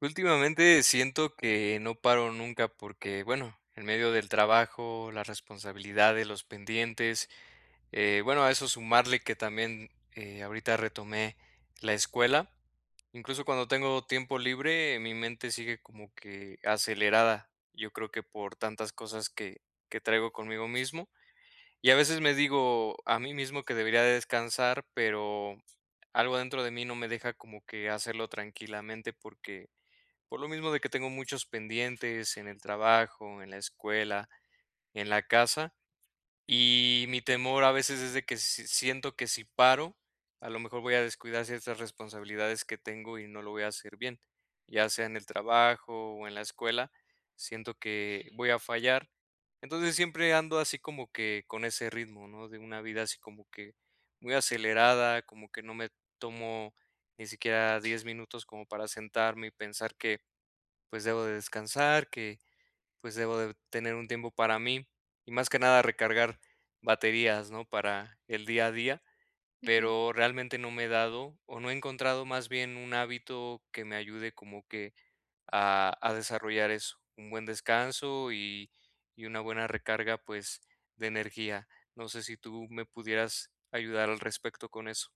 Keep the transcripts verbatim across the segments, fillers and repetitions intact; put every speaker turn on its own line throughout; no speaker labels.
Últimamente siento que no paro nunca porque, bueno, en medio del trabajo, las responsabilidades, los pendientes, eh, bueno, a eso sumarle que también eh, ahorita retomé la escuela. Incluso cuando tengo tiempo libre, mi mente sigue como que acelerada. Yo creo que por tantas cosas que, que traigo conmigo mismo. Y a veces me digo a mí mismo que debería de descansar, pero algo dentro de mí no me deja como que hacerlo tranquilamente porque por lo mismo de que tengo muchos pendientes en el trabajo, en la escuela, en la casa, y mi temor a veces es de que si- siento que si paro, a lo mejor voy a descuidar ciertas responsabilidades que tengo y no lo voy a hacer bien, ya sea en el trabajo o en la escuela, siento que voy a fallar. Entonces siempre ando así como que con ese ritmo, ¿no? De una vida así como que muy acelerada, como que no me tomo ni siquiera diez minutos como para sentarme y pensar que pues debo de descansar, que pues debo de tener un tiempo para mí y más que nada recargar baterías, ¿no? Para el día a día,
Ujú.
pero realmente no me he dado o no he encontrado más bien un hábito que me ayude como que a, a desarrollar eso, un buen descanso y, y una buena recarga pues de energía. No sé si tú me pudieras ayudar al respecto con eso.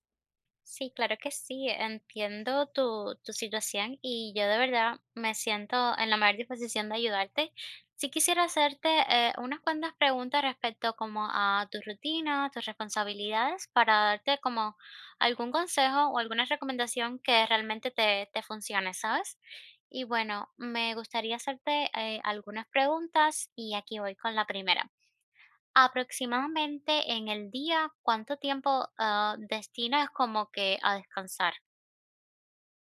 Sí, claro que sí, entiendo tu, tu situación y yo de verdad me siento en la mayor disposición de ayudarte. Sí quisiera hacerte eh, unas cuantas preguntas respecto como a tu rutina, tus responsabilidades, para darte como algún consejo o alguna recomendación que realmente te, te funcione, ¿sabes? Y bueno, me gustaría hacerte eh, algunas preguntas y aquí voy con la primera. Aproximadamente en el día, ¿cuánto tiempo, ah, destinas como que a descansar?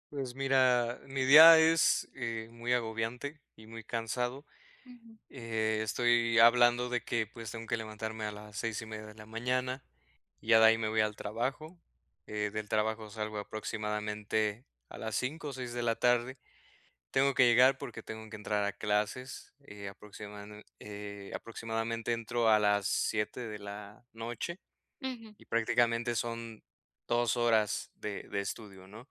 Pues mira, mi día es eh, muy agobiante y muy cansado.
Ujú.
Eh, estoy hablando de que pues tengo que levantarme a las seis y media de la mañana, y ya de ahí me voy al trabajo. Eh, del trabajo salgo aproximadamente a las cinco o seis de la tarde. Tengo que llegar porque tengo que entrar a clases, eh, aproximamen eh, aproximadamente entro a las siete de la noche
Ujú,
y prácticamente son dos horas de de estudio, ¿no?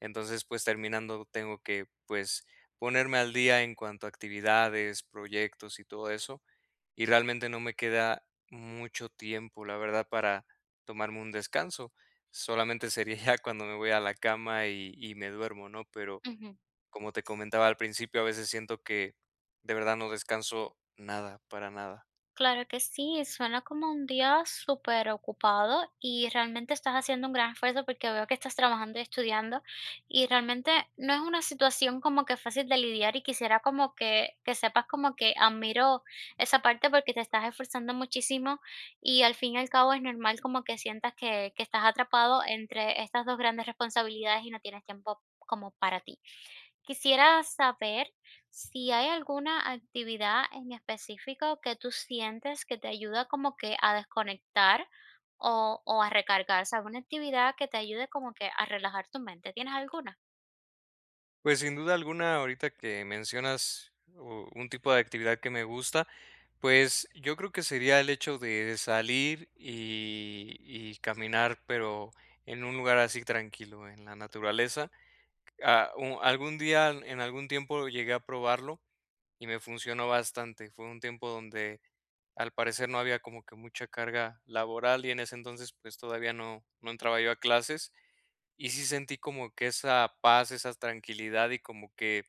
Entonces, pues terminando, tengo que, pues, ponerme al día en cuanto a actividades, proyectos y todo eso. Y realmente no me queda mucho tiempo, la verdad, para tomarme un descanso. Solamente sería ya cuando me voy a la cama y, y me duermo, ¿no? Pero
ujú.
como te comentaba al principio, a veces siento que de verdad no descanso nada, para nada.
Claro que sí, suena como un día súper ocupado y realmente estás haciendo un gran esfuerzo porque veo que estás trabajando y estudiando y realmente no es una situación como que fácil de lidiar y quisiera como que, que sepas como que admiro esa parte porque te estás esforzando muchísimo y al fin y al cabo es normal como que sientas que, que estás atrapado entre estas dos grandes responsabilidades y no tienes tiempo como para ti. Quisiera saber si hay alguna actividad en específico que tú sientes que te ayuda como que a desconectar o, o a recargar, o sea, alguna actividad que te ayude como que a relajar tu mente, ¿tienes alguna?
Pues sin duda alguna, ahorita que mencionas uh, un tipo de actividad que me gusta, pues yo creo que sería el hecho de salir y y caminar, pero en un lugar así tranquilo, en la naturaleza. Ah, u algún día, en algún tiempo llegué a probarlo y me funcionó bastante. Fue un tiempo donde, al parecer, no había como que mucha carga laboral y en ese entonces, pues, todavía no no entraba yo a clases. Y sí sentí como que esa paz, esa tranquilidad y como que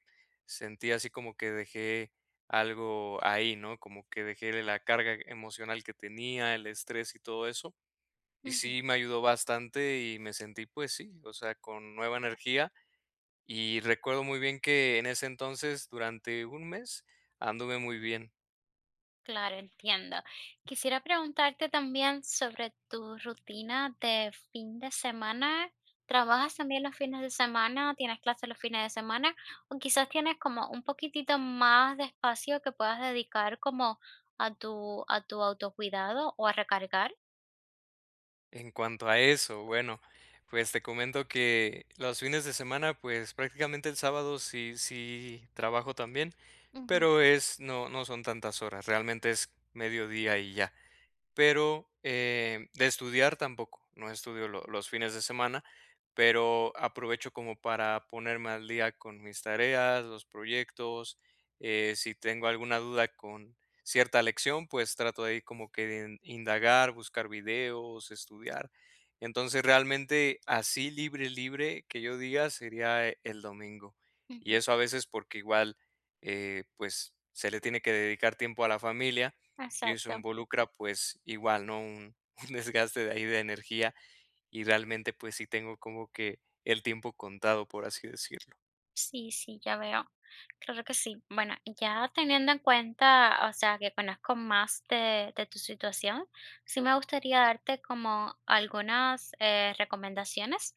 sentí así como que dejé algo ahí, ¿no? Como que dejé la carga emocional que tenía, el estrés y todo eso. Y sí me ayudó bastante y me sentí pues sí, o sea, con nueva energía. Y recuerdo muy bien que en ese entonces, durante un mes, anduve muy bien.
Claro, entiendo. Quisiera preguntarte también sobre tu rutina de fin de semana. ¿Trabajas también los fines de semana? ¿Tienes clases los fines de semana? ¿O quizás tienes como un poquitito más de espacio que puedas dedicar como a tu, a tu autocuidado o a recargar?
En cuanto a eso, bueno, pues te comento que los fines de semana, pues prácticamente el sábado sí, sí trabajo también,
Ujú,
pero es, no, no son tantas horas, realmente es mediodía y ya. Pero, eh, de estudiar tampoco, no estudio lo los fines de semana, pero aprovecho como para ponerme al día con mis tareas, los proyectos, eh, si tengo alguna duda con cierta lección, pues trato ahí como que de in indagar, buscar videos, estudiar. Entonces, realmente así libre, libre que yo diga sería eh, el domingo. Y
ujú.
eso a veces porque igual, eh, pues, se le tiene que dedicar tiempo a la familia, y eso
Exacto.
involucra, pues, igual, ¿no? Un, un desgaste de ahí de energía y realmente, pues, sí tengo como que el tiempo contado, por así decirlo.
Sí, sí, ya veo. Claro que sí. Bueno, ya teniendo en cuenta, o sea, que conozco más de, de tu situación, sí me gustaría darte como algunas eh, recomendaciones.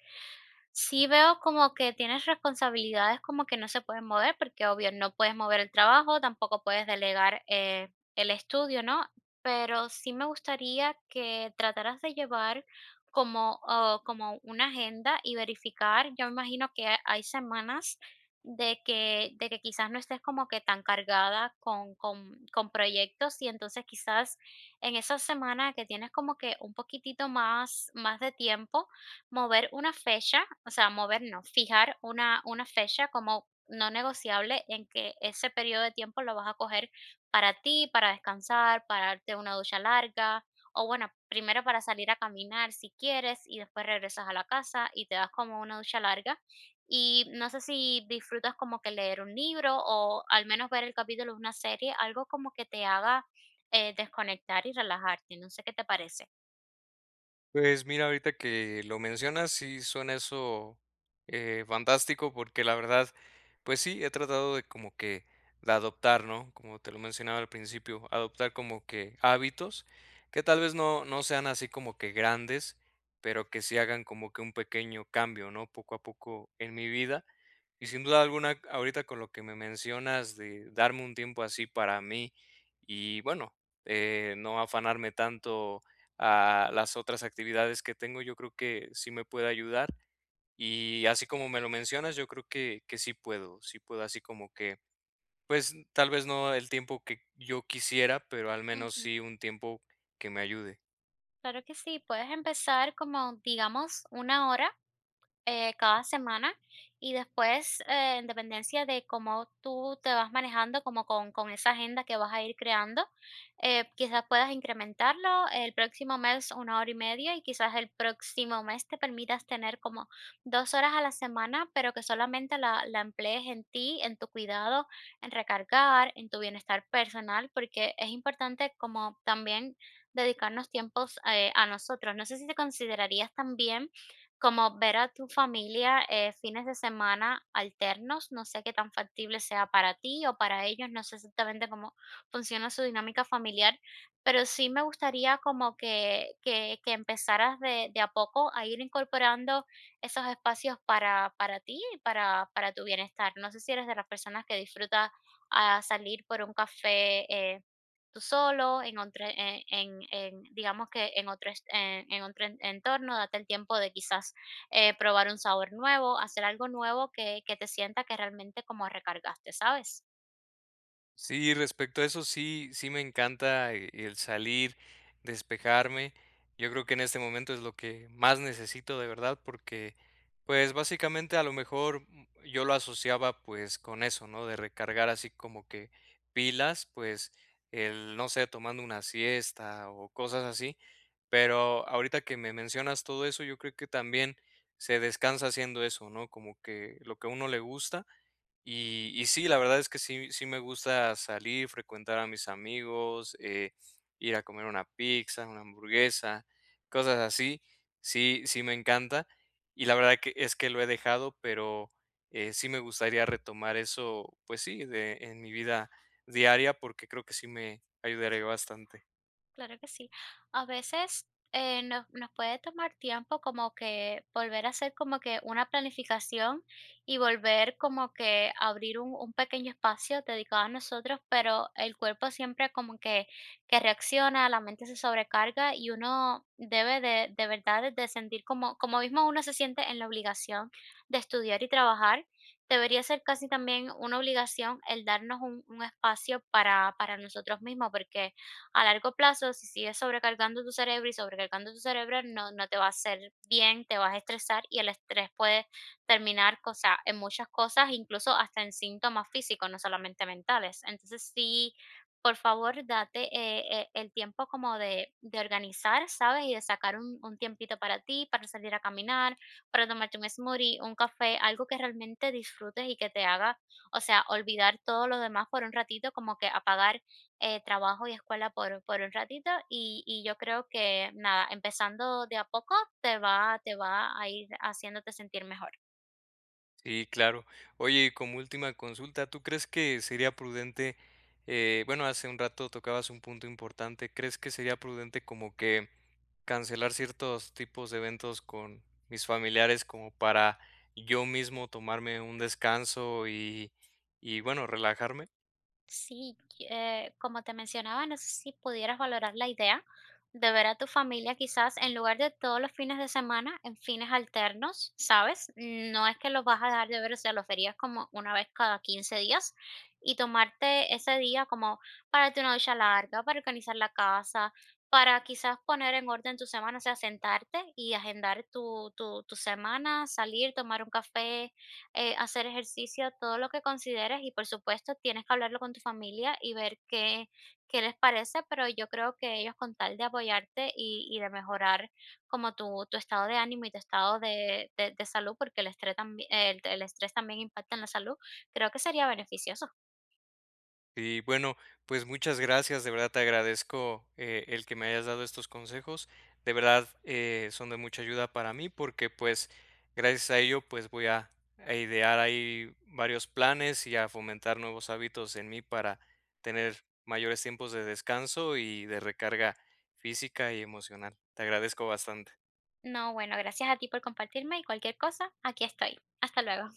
Sí veo como que tienes responsabilidades como que no se pueden mover, porque obvio no puedes mover el trabajo, tampoco puedes delegar eh, el estudio, ¿no? Pero sí me gustaría que trataras de llevar como, ah, como una agenda y verificar. Yo me imagino que hay semanas de que de que quizás no estés como que tan cargada con con con proyectos, y entonces quizás en esa semana que tienes como que un poquitito más más de tiempo, mover una fecha, o sea, mover no, fijar una una fecha como no negociable en que ese periodo de tiempo lo vas a coger para ti, para descansar, para darte una ducha larga, o bueno, primero para salir a caminar si quieres, y después regresas a la casa y te das como una ducha larga, y no sé si disfrutas como que leer un libro o al menos ver el capítulo de una serie, algo como que te haga eh, desconectar y relajarte. No sé qué te parece.
Pues mira, ahorita que lo mencionas, sí suena eso, eh, fantástico, porque la verdad, pues sí, he tratado de como que de adoptar, ¿no? Como te lo mencionaba al principio, adoptar como que hábitos que tal vez no no sean así como que grandes, pero que sí hagan como que un pequeño cambio, ¿no? Poco a poco en mi vida. Y sin duda alguna, ahorita con lo que me mencionas de darme un tiempo así para mí y bueno, eh, no afanarme tanto a las otras actividades que tengo, yo creo que sí me puede ayudar. Y así como me lo mencionas, yo creo que, que sí puedo, sí puedo así como que, pues tal vez no el tiempo que yo quisiera, pero al menos
Ujú.
sí un tiempo que me ayude.
Claro que sí, puedes empezar como, digamos, una hora eh, cada semana y después eh, en dependencia de cómo tú te vas manejando, como con, con esa agenda que vas a ir creando, eh, quizás puedas incrementarlo el próximo mes una hora y media y quizás el próximo mes te permitas tener como dos horas a la semana, pero que solamente la, la emplees en ti, en tu cuidado, en recargar, en tu bienestar personal, porque es importante como también dedicarnos tiempos eh, a nosotros. No sé si te considerarías también como ver a tu familia, eh, fines de semana alternos, no sé qué tan factible sea para ti o para ellos, no sé exactamente cómo funciona su dinámica familiar, pero sí me gustaría como que, que, que empezaras de, de a poco a ir incorporando esos espacios para, para ti y para, para tu bienestar. No sé si eres de las personas que disfruta a salir por un café eh, tú solo, en otro, en, en- en, digamos que en otro, est- en, en otro en- entorno, date el tiempo de quizás eh, probar un sabor nuevo, hacer algo nuevo que, que te sienta que realmente como recargaste, ¿sabes?
Sí, respecto a eso, sí, sí me encanta e el salir, despejarme. Yo creo que en este momento es lo que más necesito de verdad, porque, pues, básicamente, a lo mejor, mm, yo lo asociaba, pues, con eso, ¿no? De recargar así como que pilas, pues, el, no sé, tomando una siesta o cosas así. Pero ahorita que me mencionas todo eso, yo creo que también se descansa haciendo eso, ¿no? Como que lo que a uno le gusta. Y, y sí, la verdad es que sí, sí me gusta salir, frecuentar a mis amigos, eh, ir a comer una pizza, una hamburguesa, cosas así. Sí, sí me encanta. Y la verdad que es que lo he dejado, pero eh, sí me gustaría retomar eso, pues sí, de, en mi vida diaria, porque creo que sí me ayudaría bastante.
Claro que sí. A veces eh, nos, nos puede tomar tiempo como que volver a hacer como que una planificación y volver como que abrir un, un pequeño espacio dedicado a nosotros, pero el cuerpo siempre como que, que reacciona, la mente se sobrecarga y uno debe de, de verdad de sentir como, como mismo uno se siente en la obligación de estudiar y trabajar. Debería ser casi también una obligación el darnos un, un espacio para, para nosotros mismos, porque a largo plazo, si sigues sobrecargando tu cerebro y sobrecargando tu cerebro, no, no te va a hacer bien, te vas a estresar y el estrés puede terminar cosa, en muchas cosas, incluso hasta en síntomas físicos, no solamente mentales. Entonces, sí, por favor, date eh, eh, el tiempo como de, de organizar, ¿sabes? Y de sacar un, un tiempito para ti, para salir a caminar, para tomarte un smoothie, un café, algo que realmente disfrutes y que te haga, o sea, olvidar todo lo demás por un ratito, como que apagar eh, trabajo y escuela por, por un ratito y, y yo creo que nada, empezando de a poco te va, te va a ir haciéndote sentir mejor.
Sí, claro. Oye, y como última consulta, ¿tú crees que sería prudente, eh, bueno, hace un rato tocabas un punto importante? ¿Crees que sería prudente como que cancelar ciertos tipos de eventos con mis familiares como para yo mismo tomarme un descanso y, y bueno, relajarme?
Sí, eh, como te mencionaba, no sé si pudieras valorar la idea de ver a tu familia quizás en lugar de todos los fines de semana, en fines alternos, ¿sabes? No es que los vas a dejar de ver, o sea, los verías como una vez cada quince días y tomarte ese día como para tu noche larga, para organizar la casa, para quizás poner en orden tu semana, o sea, sentarte y agendar tu, tu, tu semana, salir, tomar un café, eh, hacer ejercicio, todo lo que consideres y por supuesto tienes que hablarlo con tu familia y ver qué, qué les parece, pero yo creo que ellos con tal de apoyarte y, y de mejorar como tu, tu estado de ánimo y tu estado de, de- de salud, porque el estrés, también, el, el estrés también impacta en la salud, creo que sería beneficioso.
Y bueno, pues muchas gracias, de verdad te agradezco eh, el que me hayas dado estos consejos, de verdad eh, son de mucha ayuda para mí porque pues gracias a ello pues voy a, a idear ahí varios planes y a fomentar nuevos hábitos en mí para tener mayores tiempos de descanso y de recarga física y emocional. Te agradezco bastante.
No, bueno, gracias a ti por compartirme y cualquier cosa, aquí estoy. Hasta luego.